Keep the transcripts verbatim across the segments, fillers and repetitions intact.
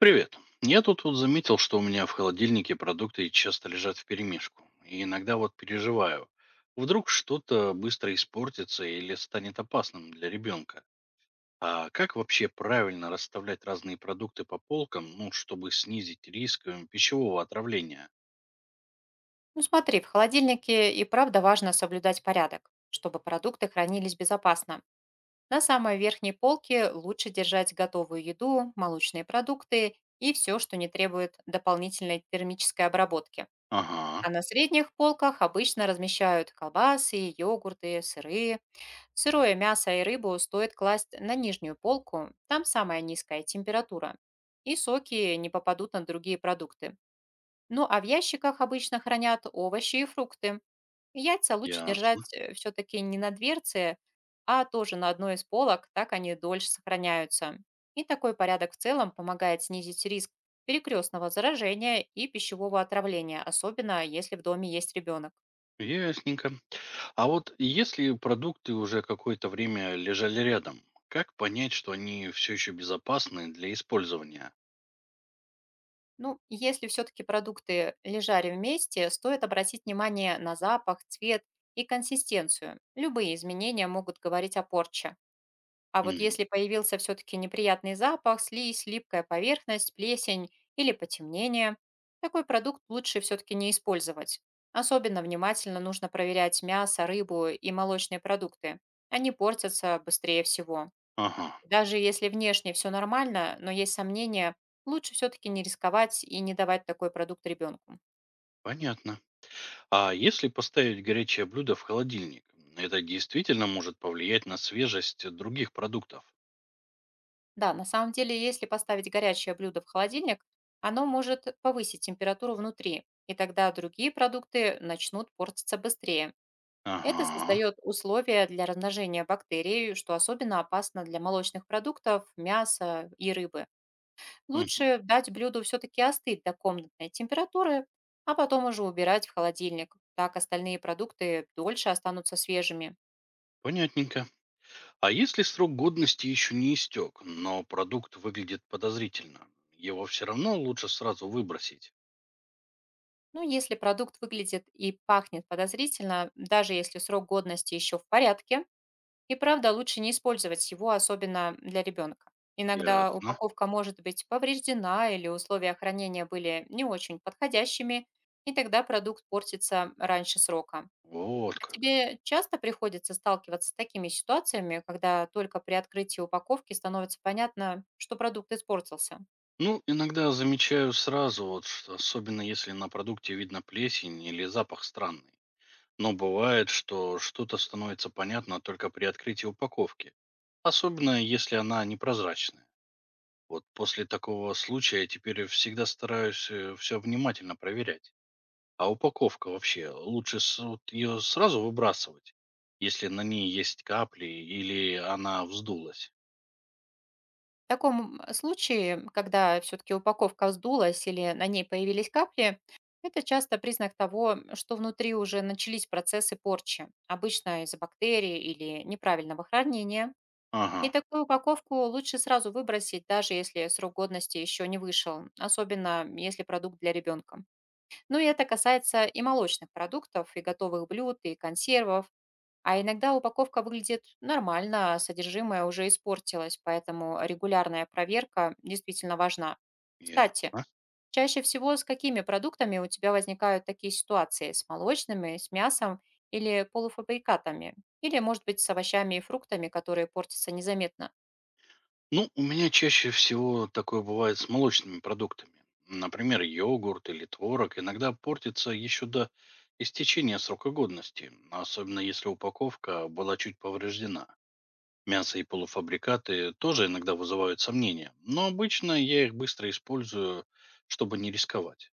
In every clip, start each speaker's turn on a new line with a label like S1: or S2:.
S1: Привет. Я тут вот заметил, что у меня в холодильнике продукты часто лежат вперемешку. И иногда вот переживаю. Вдруг что-то быстро испортится или станет опасным для ребенка. А как вообще правильно расставлять разные продукты по полкам, ну, чтобы снизить риск э, пищевого отравления?
S2: Ну смотри, в холодильнике и правда важно соблюдать порядок, чтобы продукты хранились безопасно. На самой верхней полке лучше держать готовую еду, молочные продукты и все, что не требует дополнительной термической обработки.
S1: Ага,
S2: А на средних полках обычно размещают колбасы, йогурты, сыры. Сырое мясо и рыбу стоит класть на нижнюю полку, там самая низкая температура. И соки не попадут на другие продукты. Ну а в ящиках обычно хранят овощи и фрукты. Яйца лучше
S1: ясно.
S2: держать, э, все-таки не на дверце, а тоже на одной из полок, так они дольше сохраняются. И такой порядок в целом помогает снизить риск перекрестного заражения и пищевого отравления, особенно если в доме есть ребенок.
S1: Ясненько. А вот если продукты уже какое-то время лежали рядом, как понять, что они все еще безопасны для использования?
S2: Ну, если все-таки продукты лежали вместе, стоит обратить внимание на запах, цвет и консистенцию. Любые изменения могут говорить о порче. А вот
S1: Мгм.
S2: если появился все-таки неприятный запах, слизь, липкая поверхность, плесень или потемнение, такой продукт лучше все-таки не использовать. Особенно внимательно нужно проверять мясо, рыбу и молочные продукты. Они портятся быстрее всего.
S1: Ага.
S2: Даже если внешне все нормально, но есть сомнения, лучше все-таки не рисковать и не давать такой продукт ребенку.
S1: Понятно. А если поставить горячее блюдо в холодильник, это действительно может повлиять на свежесть других продуктов?
S2: Да, на самом деле, если поставить горячее блюдо в холодильник, оно может повысить температуру внутри, и тогда другие продукты начнут портиться быстрее. Это
S1: Ага.
S2: создает условия для размножения бактерий, что особенно опасно для молочных продуктов, мяса и рыбы.
S1: Мгм.
S2: Лучше дать блюду все-таки остыть до комнатной температуры, а потом уже убирать в холодильник. Так остальные продукты дольше останутся свежими.
S1: Понятненько. А если срок годности еще не истек, но продукт выглядит подозрительно, его все равно лучше сразу выбросить?
S2: Ну, если продукт выглядит и пахнет подозрительно, даже если срок годности еще в порядке, и правда лучше не использовать его, особенно для ребенка. Иногда
S1: Ясно.
S2: упаковка может быть повреждена или условия хранения были не очень подходящими, и тогда продукт портится раньше срока.
S1: Вот
S2: А
S1: как.
S2: тебе часто приходится сталкиваться с такими ситуациями, когда только при открытии упаковки становится понятно, что продукт испортился?
S1: Ну, иногда замечаю сразу, вот, что особенно если на продукте видно плесень или запах странный. Но бывает, что что-то становится понятно только при открытии упаковки. Особенно, если она непрозрачная. Вот после такого случая теперь всегда стараюсь все внимательно проверять. А упаковка вообще, лучше ее сразу выбрасывать, если на ней есть капли или она вздулась.
S2: В таком э, случае, когда все-таки упаковка вздулась или на ней появились капли, это часто признак того, что внутри уже начались процессы порчи, обычно из-за бактерий или неправильного хранения. И
S1: Ага,
S2: такую упаковку лучше сразу выбросить, даже если срок годности еще не вышел, особенно если продукт для ребенка. Ну и это касается и молочных продуктов, и готовых блюд, и консервов, а иногда упаковка выглядит нормально, а содержимое уже испортилось, поэтому регулярная проверка действительно важна. Кстати,
S1: ясно.
S2: чаще всего с какими продуктами у тебя возникают такие ситуации? С молочными, с мясом или полуфабрикатами? Или, может быть, с овощами и фруктами, которые портятся незаметно?
S1: Ну, у меня чаще всего такое бывает с молочными продуктами. Например, йогурт или творог иногда портится еще до истечения срока годности, особенно если упаковка была чуть повреждена. Мясо и полуфабрикаты тоже иногда вызывают сомнения, но обычно я их быстро использую, чтобы не рисковать.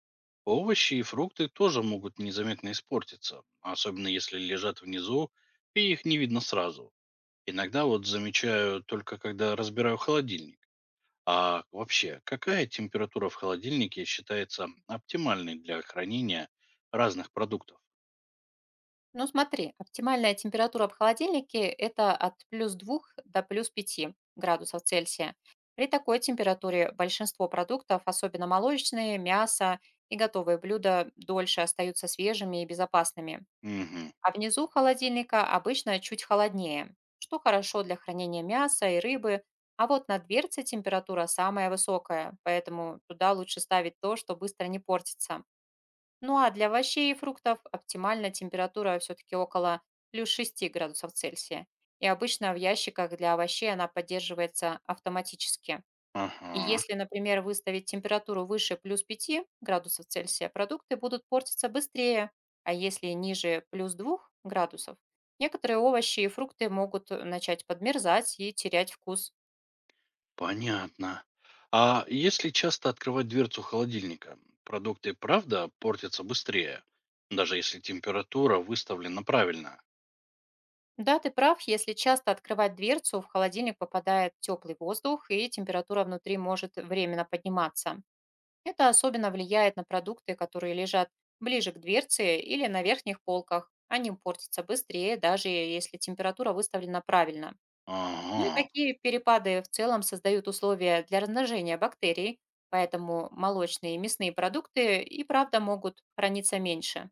S1: Овощи и фрукты тоже могут незаметно испортиться, особенно если лежат внизу и их не видно сразу. Иногда вот замечаю только когда разбираю холодильник. А вообще, какая температура в холодильнике считается оптимальной для хранения разных продуктов?
S2: Ну, смотри, оптимальная температура в холодильнике– это от плюс двух до плюс пяти градусов Цельсия. При такой температуре большинство продуктов, особенно молочные, мясо и готовые блюда, дольше остаются свежими и безопасными.
S1: Угу.
S2: А внизу холодильника обычно чуть холоднее, что хорошо для хранения мяса и рыбы. А вот на дверце температура самая высокая, поэтому туда лучше ставить то, что быстро не портится. Ну а для овощей и фруктов оптимальная температура все-таки около плюс шести градусов Цельсия. И обычно в ящиках для овощей она поддерживается автоматически. И
S1: Ага.
S2: если, например, выставить температуру выше плюс пяти градусов Цельсия, продукты будут портиться быстрее. А если ниже плюс двух градусов, некоторые овощи и фрукты могут э, начать подмерзать и терять вкус.
S1: Понятно. А если часто открывать дверцу холодильника, продукты правда портятся быстрее, даже если температура выставлена правильно?
S2: Да, ты прав, если часто открывать дверцу, в холодильник попадает теплый воздух, и температура внутри может временно подниматься. Это особенно влияет на продукты, которые лежат ближе к дверце или на верхних полках. Они портятся быстрее, даже если температура выставлена правильно. Ну и
S1: Ага,
S2: такие перепады в целом создают условия для размножения бактерий, поэтому молочные и мясные продукты и правда могут храниться меньше.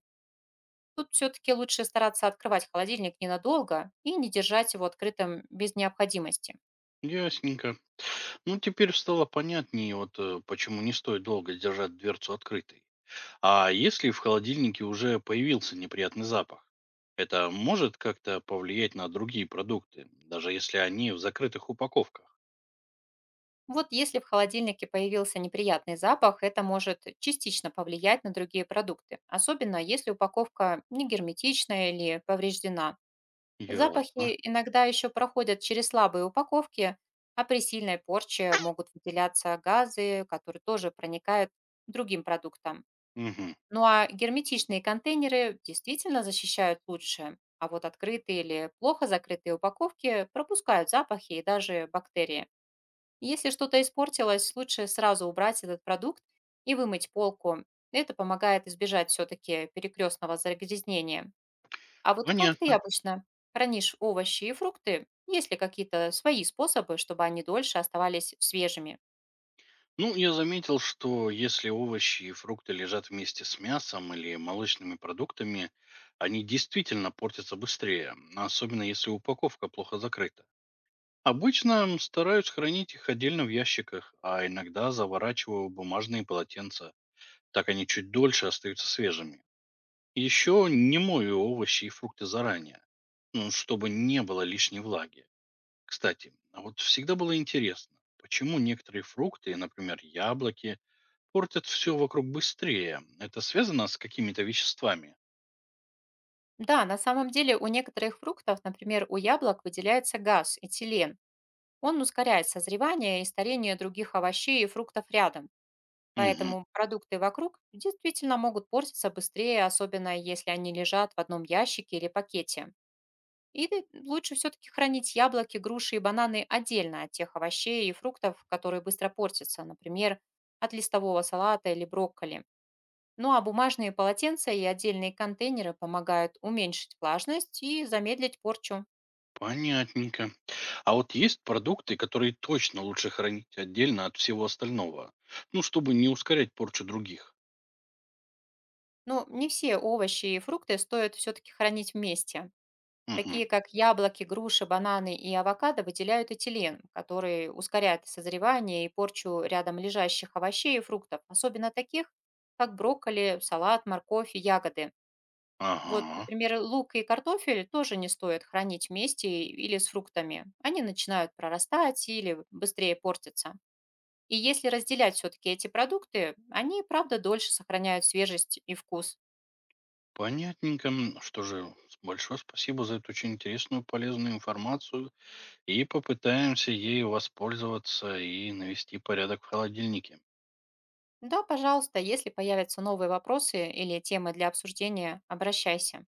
S2: Тут все-таки лучше стараться открывать холодильник ненадолго и не держать его открытым без необходимости.
S1: ясненько. Ну, теперь стало понятнее, вот э, почему не стоит долго держать дверцу открытой. А если в холодильнике уже появился неприятный запах? Это может как-то повлиять на другие продукты, даже если они в закрытых упаковках?
S2: Вот если в холодильнике появился неприятный запах, это может частично повлиять на другие продукты, особенно если упаковка не герметичная или повреждена.
S1: Ясно.
S2: Запахи иногда еще проходят через слабые упаковки, а при сильной порче могут выделяться газы, которые тоже проникают к другим продуктам.
S1: Мгм.
S2: Ну а герметичные контейнеры действительно защищают лучше, а вот открытые или плохо закрытые упаковки пропускают запахи и даже бактерии. Если что-то испортилось, лучше сразу убрать этот продукт и вымыть полку. Это помогает избежать все-таки перекрестного загрязнения. А вот как ты
S1: Понятно.
S2: обычно хранишь овощи и фрукты? Есть ли какие-то свои способы, чтобы они дольше оставались свежими?
S1: Ну, я заметил, что если овощи и фрукты лежат вместе с мясом или молочными продуктами, они действительно портятся быстрее, а особенно если упаковка плохо закрыта. Обычно м, стараюсь хранить их отдельно в ящиках, а иногда заворачиваю в бумажные полотенца. Так они чуть дольше остаются свежими. Еще не мою овощи и фрукты заранее, ну, чтобы не было лишней влаги. Кстати, а вот всегда было интересно, почему некоторые фрукты, например, яблоки, портят все вокруг быстрее. Это связано с какими-то веществами?
S2: Да, на самом деле у некоторых фруктов, например, у яблок выделяется газ, этилен. Он ускоряет созревание и старение других овощей и фруктов рядом,
S1: Мгм.
S2: поэтому продукты вокруг действительно могут портиться быстрее, особенно если они лежат в одном ящике или пакете. Или лучше все-таки хранить яблоки, груши и бананы отдельно от тех овощей и фруктов, которые быстро портятся, например, от листового салата или брокколи. Ну а бумажные полотенца и отдельные контейнеры помогают уменьшить влажность и замедлить порчу.
S1: Понятненько. А вот есть продукты, которые точно лучше хранить отдельно от всего остального. Ну, чтобы не ускорять порчу других.
S2: Но не все овощи и фрукты стоит все-таки хранить вместе.
S1: Мгм.
S2: Такие как яблоки, груши, бананы и авокадо выделяют этилен, который ускоряет созревание и порчу рядом лежащих овощей и фруктов, особенно таких, как брокколи, салат, морковь и ягоды. Вот,
S1: Ага.
S2: например, лук и картофель тоже не стоит хранить вместе или с фруктами. Они начинают прорастать или быстрее портятся. И если разделять все-таки эти продукты, они, правда, дольше сохраняют свежесть и вкус.
S1: Понятненько. М, Что же, с- большое спасибо за эту очень интересную, полезную информацию. И попытаемся ею воспользоваться и навести порядок в холодильнике.
S2: Да, пожалуйста, если появятся новые вопросы или темы для обсуждения, обращайся.